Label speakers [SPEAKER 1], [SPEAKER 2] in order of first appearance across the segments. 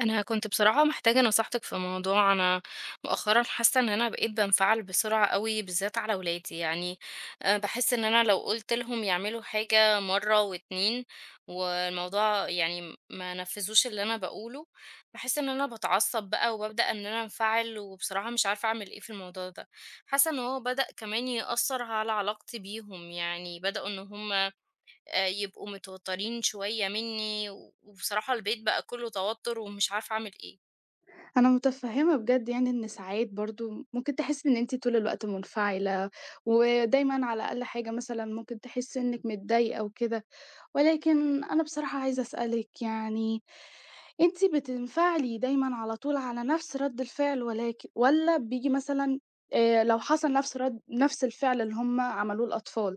[SPEAKER 1] أنا كنت بصراحة محتاجة نصيحتك في موضوع أنا مؤخرًا حاسة إن أنا بقيت بانفعل بسرعة أوي بالذات على ولادي، يعني باحس إن أنا لو قُلت لهم يعملوا حاجة مرة و2 والموضوع يعني ما نفّذوش اللي أنا باقوله، باحس إن أنا باتعصب بقى وبابدأ إن أنا أنفعل، وبصراحة مش عارفة أعمل إيه في الموضوع ده. حاسة إن هو بدأ كمان يأثّر على علاقتي بيهم، يعني بدأوا إن هُم يبقوا متوترين شوية منّي، و- وبصراحة البيت بقى كُلّه توتر ومش عارفة أعمل إيه.
[SPEAKER 2] أنا متفهّمة بجد يعني إن ساعات برضه ممكن تحسّي إن أنتِ طول الوقت منفعلة، ودايمًا على أقل حاجة مثلًا ممكن تحسّي إنِّك متضايقة وكده، ولكن أنا بصراحة عايزة أسألِك يعني أنتِ بتنفعلي دايمًا على طول على نَفْس رَد الفعل ولك والّا بييجي مثلًا لو حصل نَفْس رَد نَفْس الفعل اللي هم عملوه الأطفال،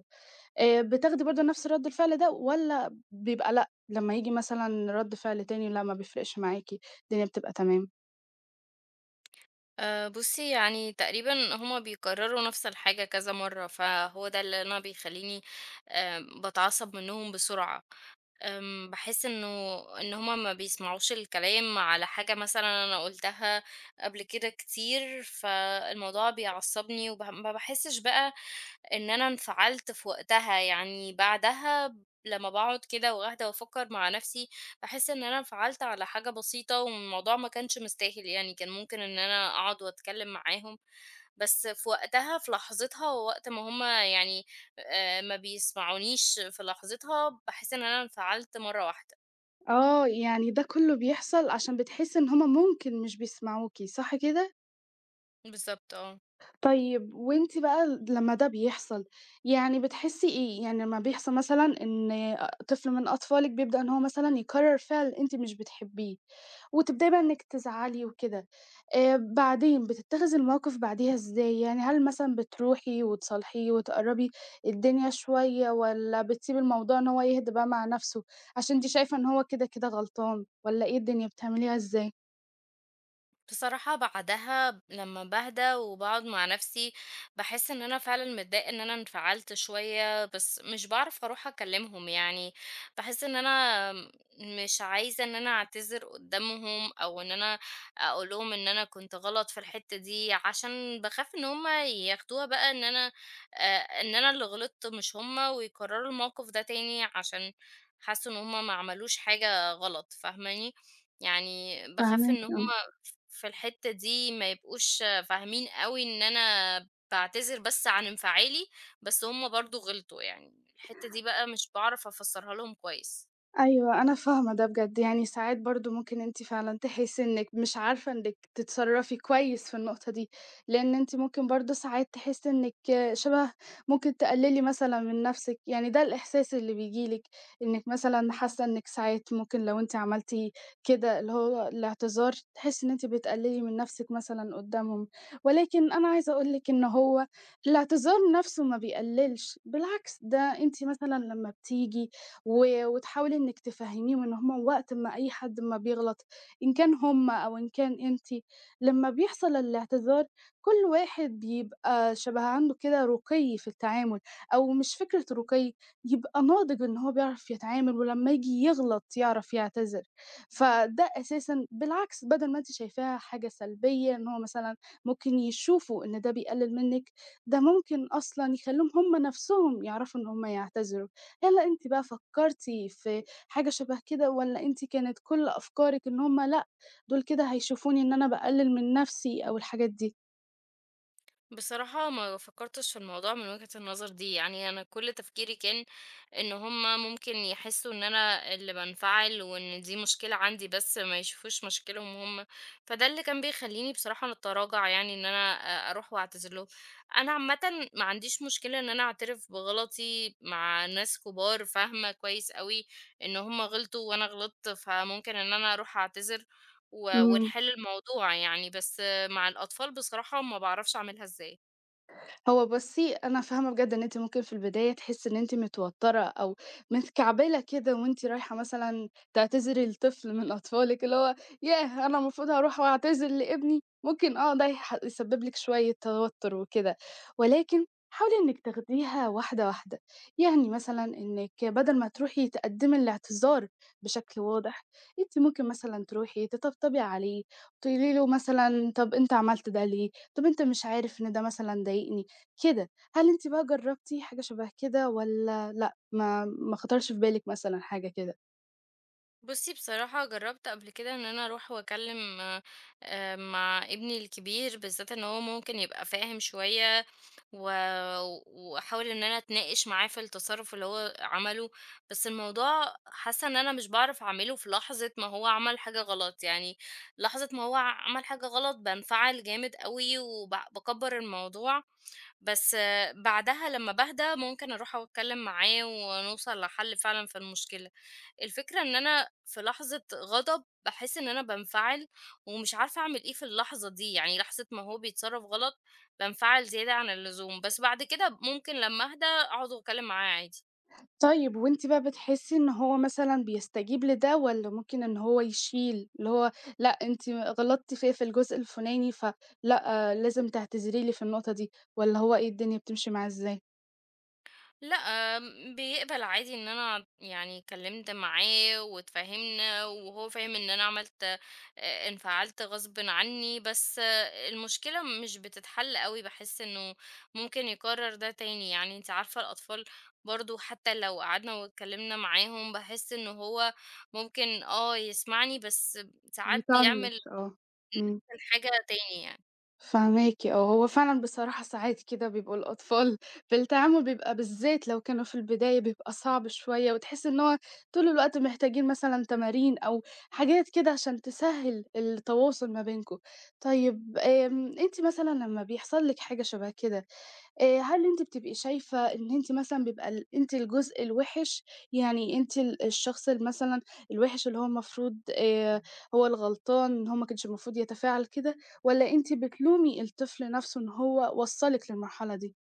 [SPEAKER 2] بتاخدي برضه نَفْس رَد الفعل ده والّا بيبقى لأ، لمّا ييجي مثلًا رَد فعل تاني لأ ما بيفرقش معاكِ، الدنيا بتبقى تمام؟
[SPEAKER 1] بُصّي، يعني تقريبًا هُم بيكرّروا نَفْس الحاجة كذا مرّة، فهو ده اللي أنا بيخلّيني باتعصّب منّهم بسرعة. باحس إن هُم ما بيسمعوش الكلام على حاجة مثلًا أنا قُلتها قبل كده كتير، فالموضوع بيعصّبني وبه ما باحسّش بقى إن أنا انفعلت في وقتها، يعني بعدها لمّا باقعد كده وأهدى وأفكّر مع نفسي، باحس إن أنا انفعلت على حاجة بسيطة والموضوع ما كانش مستاهل يعني، كان ممكن إن أنا أقعد وأتكلّم معاهم، بس في وقتها في لحظتها ووقت ما هُم ما بيسمعونيش في لحظتها، باحس إن أنا انفعلت مرّة واحدة.
[SPEAKER 2] آه، يعني ده كُلّه بيحصل عشان بتحسّي إن هُم ممكن مش بيسمعوكِ، صح كده؟
[SPEAKER 1] بالضبط آه.
[SPEAKER 2] طيب وأنتِ بقى لمّا ده بيحصل، يعني بتحسّي إيه؟ يعني لمّا بيحصل مثلًا إن طفل من أطفالِك بيبدأ إن هو مثلًا يكرّر فعل أنتِ مش بتحبّيه، وتبدئي بقى إنِّك تزعلي وكده، بعدين بتتّخذي الموقف بعديها إزاي؟ يعني هل مثلًا بتروحي وتصالحيه وتقرّبي الدنيا شوية والّا بتسيبي الموضوع إن هو يهدى بقى مع نَفْسه، عشان أنتِ شايفة إن هو كده غلطان والّا إيه الدنيا بتعمليها إزاي؟
[SPEAKER 1] بصراحة بعدها لما باهدى وبقعد مع نفسي بحس ان انا فعلا متضايقة ان انا انفعلت شوية بس مش بعرف اروح اكلمهم يعني بحس ان انا مش عايزة ان انا اعتذر قدامهم او ان انا اقولهم ان انا كنت غلط في الحتة دي عشان بخاف ان هما ياخدوها بقى ان انا آه، ان انا اللي غلطت مش هما ويكرروا الموقف ده تاني عشان حاسوا ان هما ما عملوش حاجة غلط فاهماني يعني بخاف
[SPEAKER 2] فاهماكِ،
[SPEAKER 1] ان هما
[SPEAKER 2] آه.
[SPEAKER 1] في الحتة دي ما يبقوش فاهمين قوي ان انا بعتذر بس عن انفعالي بس هم برضو غلطوا يعني الحتة دي بقى مش بعرف افسرها لهم كويس.
[SPEAKER 2] أيوه، أنا فاهمة ده بجد، يعني ساعات برضه ممكن أنتِ فعلًا تحسّي إنِّك مش عارفة إنِّك تتصرّفي كويس في النقطة دي، لإن أنتِ ممكن برضه ساعات تحسّي إنِّك شبه ممكن تقلّلي مثلًا من نَفْسِك، يعني ده الإحساس اللي بييجي لِك، إنِّك مثلًا حاسّة إنِّك ساعات ممكن لو أنتِ عملتِ كده اللي هو الاعتذار، تحسّي إن أنتِ بتقلّلي من نَفْسِك مثلًا قُدّامهم، ولكن أنا عايزة أقول لِك إن هو الاعتذار نَفْسه ما بيقلّلش، بالعكس ده أنتِ مثلًا لمّا بتيجي و وتحاولي إنِّك تفهّميهم إن هم وقت ما أي حد ما بيغلط، إن كان هم أو إن كان أنتِ، لمّا بيحصل الاعتذار كل واحد بيبقى شبه عنده كده رُقي في التعامل، أو مش فكرة رُقي، يبقى ناضج إن هو بيعرف يتعامل ولمّا ييجي يغلط يعرف يعتذر. فده أساسًا بالعكس بدل ما أنتِ شايفاها حاجة سلبية إن هو مثلًا ممكن يشوفوا إن ده بيقلل منِّك، ده ممكن أصلًا يخلّيهم هم نَفْسهم يعرفوا إن هم يعتذروا. هل أنتِ بقى فكّرتِ في حاجة شبه كده والّا أنتِ كانت كل أفكارِك إن هم لأ، دول كده هيشوفوني إن أنا باقلل من نَفْسي أو الحاجات دي؟
[SPEAKER 1] بصراحة ما فكرتش في الموضوع من وجهة النظر دي، يعني أنا كل تفكيري كان إن هما ممكن يحسوا إن أنا اللي بنفعل وإن دي مشكلة عندي بس ما يشوفوش مشكلهم هما، فده اللي كان بيخليني بصراحة نتراجع يعني إن أنا أروح وأعتذر لهم. أنا عامة ما عنديش مشكلة إن أنا أعترف بغلطي مع ناس كبار، فاهمة كويس قوي إن هما غلطوا وأنا غلطت فممكن إن أنا أروح أعتذر و-
[SPEAKER 2] إمم.
[SPEAKER 1] ونحل الموضوع يعني بس مع الأطفال بصراحة ما باعرفش أعملها إزاي.
[SPEAKER 2] هو بُصّي، أنا فاهمة بجد إن أنتِ ممكن في البداية تحسّي إن أنتِ متوتّرة أو متكعبلة كده وأنتِ رايحة مثلًا تعتذري لطفل من أطفالِك، اللي هو ياه! أنا المفروض هاروح واعتذر لابني، ممكن آه ده يسبب لِك شوية توتُّر وكده، ولكن حاولي إنِّك تاخديها واحدة، واحدة، يعني مثلًا إنِّك بدل ما تروحي تقدّمي الاعتذار بشكل واضح، أنتِ ممكن مثلًا تروحي تطبطبي عليه، تقولي له مثلًا طَب أنت عملت ده ليه؟ طَب أنت مش عارف إن ده مثلًا ضايقني؟ كده. هل أنتِ بقى جرّبتِ حاجة شبه كده والّا لأ، ما خطرش في بالِك مثلًا حاجة كده؟
[SPEAKER 1] بُصّي، بصراحة جرّبت قبل كده إن أنا أروح وأكلّم مع ابني الكبير بالذات إن هو ممكن يبقى فاهم شوية و وأحاول إن أنا أتناقش معاه في التصرُّف اللي هو عمله، بس الموضوع حاسّة إن أنا مش باعرف أعمله في لحظة ما هو عمل حاجة غلط، يعني لحظة ما هو عمل حاجة غلط بانفعل جامد أوي وب باكبّر الموضوع بس آه، بعدها لمّا باهدى ممكن أروح وأتكلّم معاه ونوصل لحل فعلًا في المشكلة. الفكرة إن أنا في لحظة غضب باحس إن أنا بانفعل ومش عارفة أعمل إيه في اللحظة دي، يعني لحظة ما هو بيتصرّف غلط بانفعل زيادة عن اللزوم، بس بعد كده ممكن لمّا أهدى أقعد وأتكلّم معاه عادي.
[SPEAKER 2] طيب وأنتِ بقى بتحسّي إن هو مثلًا بيستجيب لده والّا ممكن إن هو يشيل، اللي هو لأ، أنتِ غلطتِ فيّا في الجزء الفُلاني فلأ، آه، لازم تعتذري لي في النقطة دي والّا هو إيه الدنيا بتمشي معاه إزاي؟
[SPEAKER 1] لأ، بيقبل عادي إن أنا يعني اتكلمت معاه واتفاهمنا، وهو فاهم إن أنا عملت انفعلت غصبٍ عني، بس آه، المشكلة مش بتتحل أوي، باحس إنه ممكن يكرر ده تاني، يعني أنتِ عارفة الأطفال برضه حتى لو قعدنا واتكلمنا معاهم، باحس إنه هو ممكن آه، يسمعني بس ساعات بيعمل
[SPEAKER 2] يطنّش آه.
[SPEAKER 1] نفس
[SPEAKER 2] إمم.
[SPEAKER 1] الحاجة تاني يعني.
[SPEAKER 2] فاهماكِ آه، هو فعلًا بصراحة ساعات كده بيبقوا الأطفال في التعامل بيبقى بالذات لو كانوا في البداية بيبقى صعب شوية، وتحس إن هو طول الوقت محتاجين مثلًا تمارين أو حاجات كده عشان تسهّل التواصل ما بينكم. طيب آمم، أنتِ مثلًا لمّا بيحصل لِك حاجة شبه كده هل أنتِ بتبقي شايفة إن أنتِ مثلًا بيبقى أنتِ الجزء الوِحِش، يعني أنتِ الشخص مثلًا الوِحِش اللي هو المفروض هو الغلطان، إن هو ما كانش المفروض يتفاعل كده والّا أنتِ بتلومي الطفل نَفْسه إن هو وصّلِك للمرحلة دي؟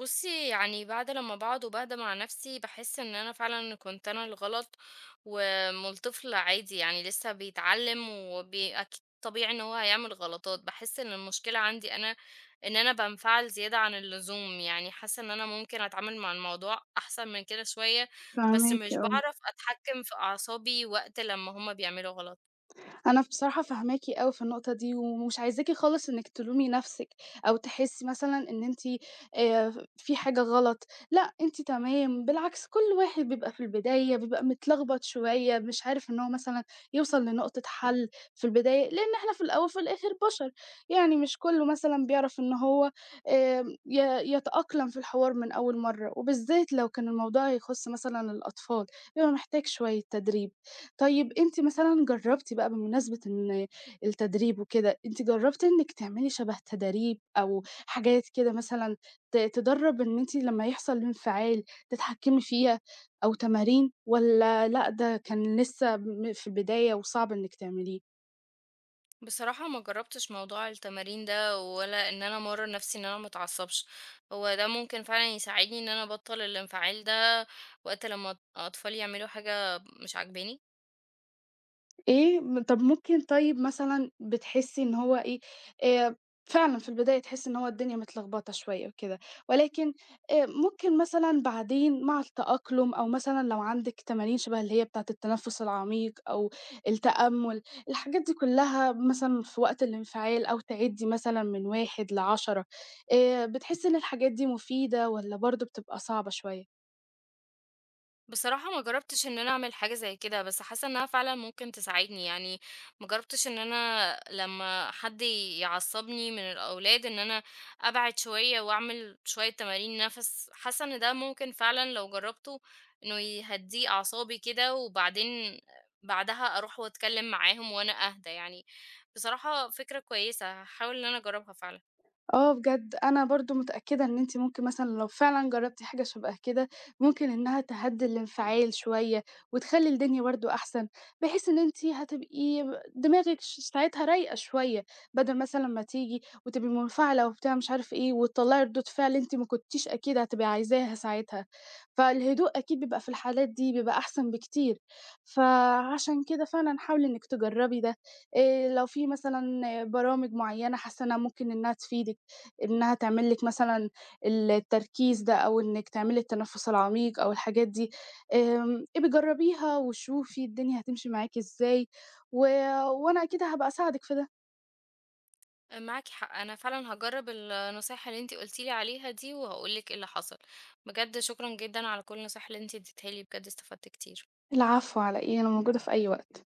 [SPEAKER 1] بُصّي، يعني بعد لمّا باقعد وباهدى مع نَفْسي، باحس إن أنا فعلًا كنت أنا الغلط، وآمال طفل عادي يعني لسه بيتعلّم وبي أكيد طبيعي إن هو هيعمل غلطات. باحس إن المشكلة عندي أنا، إن أنا بانفعل زيادة عن اللزوم، يعني حاسة إن أنا ممكن أتعامل مع الموضوع أحسن من كده شوية، بس
[SPEAKER 2] فاهماكِ،
[SPEAKER 1] مش
[SPEAKER 2] آه.
[SPEAKER 1] باعرف أتحكّم في أعصابي وقت لمّا هُم بيعملوا غلط.
[SPEAKER 2] أنا بصراحة فاهماكِ أوي في النقطة دي، ومش عايزاكِ خالص إنِّك تلومي نَفْسِك أو تحسّي مثلًا إن أنتِ في حاجة غلط، لأ أنتِ تمام، بالعكس كل واحد بيبقى في البداية بيبقى متلخبط شوية، مش عارف إن هو مثلًا يوصل لنقطة حَل في البداية، لإن إحنا في الأول وفي الآخر بشر، يعني مش كُلّه مثلًا بيعرف إن هو آمم ي يتأقلم في الحوار من أول مرّة، وبالذات لو كان الموضوع يخُص مثلًا الأطفال، بيبقى محتاج شوية تدريب. طيب أنتِ مثلًا جرّبتِ بقى بمناسبة إن التدريب وكده، أنتِ جرّبتِ إنِّك تعملي شَبه تداريب أو حاجات كده مثلًا تدرّب إن أنتِ لمّا يحصل انفعال تتحكّمي فيها أو تمارين والّا لأ، ده كان لسه في البداية وصعب إنِّك تعمليه؟
[SPEAKER 1] بصراحة ما جربتش موضوع التمارين ده ولا ان انا امرن نفسي ان انا ما اتعصبش، هو ده ممكن فعلا يساعدني ان انا ابطل الانفعال ده وقت لما اطفالي يعملوا حاجة مش عاجباني.
[SPEAKER 2] إيه؟ طب ممكن طيب مثلًا بتحسّي إن هو إيه، آآ فعلًا في البداية تحسّي إن هو الدنيا متلخبطة شوية وكده، ولكن ممكن مثلًا بعدين مع التأقلم أو مثلًا لو عندِك تمارين شبه اللي هي بتاعة التنفُّس العميق أو التأمُّل، الحاجات دي كُلّها مثلًا في وقت الانفعال أو تعدّي مثلًا من 1 ل10 بتحسّي إن الحاجات دي مفيدة والّا برضه بتبقى صعبة شوية؟
[SPEAKER 1] بصراحة ما جربتش ان انا اعمل حاجة زي كده بس حاسة انها فعلا ممكن تساعدني يعني، ما جربتش ان انا لما حد يعصبني من الاولاد ان انا ابعد شوية واعمل شوية تمارين نفس، حاسة ان ده ممكن فعلا لو جربته انه يهدي اعصابي كده وبعدين بعدها اروح واتكلم معاهم وانا اهدى يعني. بصراحة فكرة كويسة هحاول ان انا اجربها فعلا.
[SPEAKER 2] آه بجد، أنا برضه متأكدة إن أنتِ ممكن مثلًا لو فعلًا جرّبتِ حاجة شبه كده، ممكن إنها تهدّي الانفعال شوية، وتخلّي الدنيا برضه أحسن، بحيث إن أنتِ هتبقي ب دماغِك ساعتها رايقة شوية، بدل مثلًا ما تيجي وتبقي منفعلة وبتاع مش عارف إيه، وتطلّعي ردود فعل أنتِ ما كنتيش أكيد هتبقي عايزاها ساعتها، فالهدوء أكيد بيبقى في الحالات دي بيبقى أحسن بكتير، فعشان كده فعلًا حاولي إنِّك تجرّبي ده، لو في مثلًا برامج معيّنة حاسة إنها ممكن إنها تفيدِك. إنها تعمل لِك مثلًا التركيز ده أو إنِّك تعملي التنفُّس العميق أو الحاجات دي، آمم، ابقي جرّبيها وشوفي الدنيا هتمشي معاكِ إزاي، و وأنا أكيد هابقى أساعدِك في ده.
[SPEAKER 1] معاكِ حق، أنا فعلًا هاجرّب النصايح اللي أنتِ قُلتِ لي عليها دي، وهاقول لِك إيه اللي حصل. بجد شكرًا جدًا على كل النصايح اللي أنتِ اديتيها لي، بجد استفدت كتير.
[SPEAKER 2] العفو على إيه، أنا موجودة في أي وقت.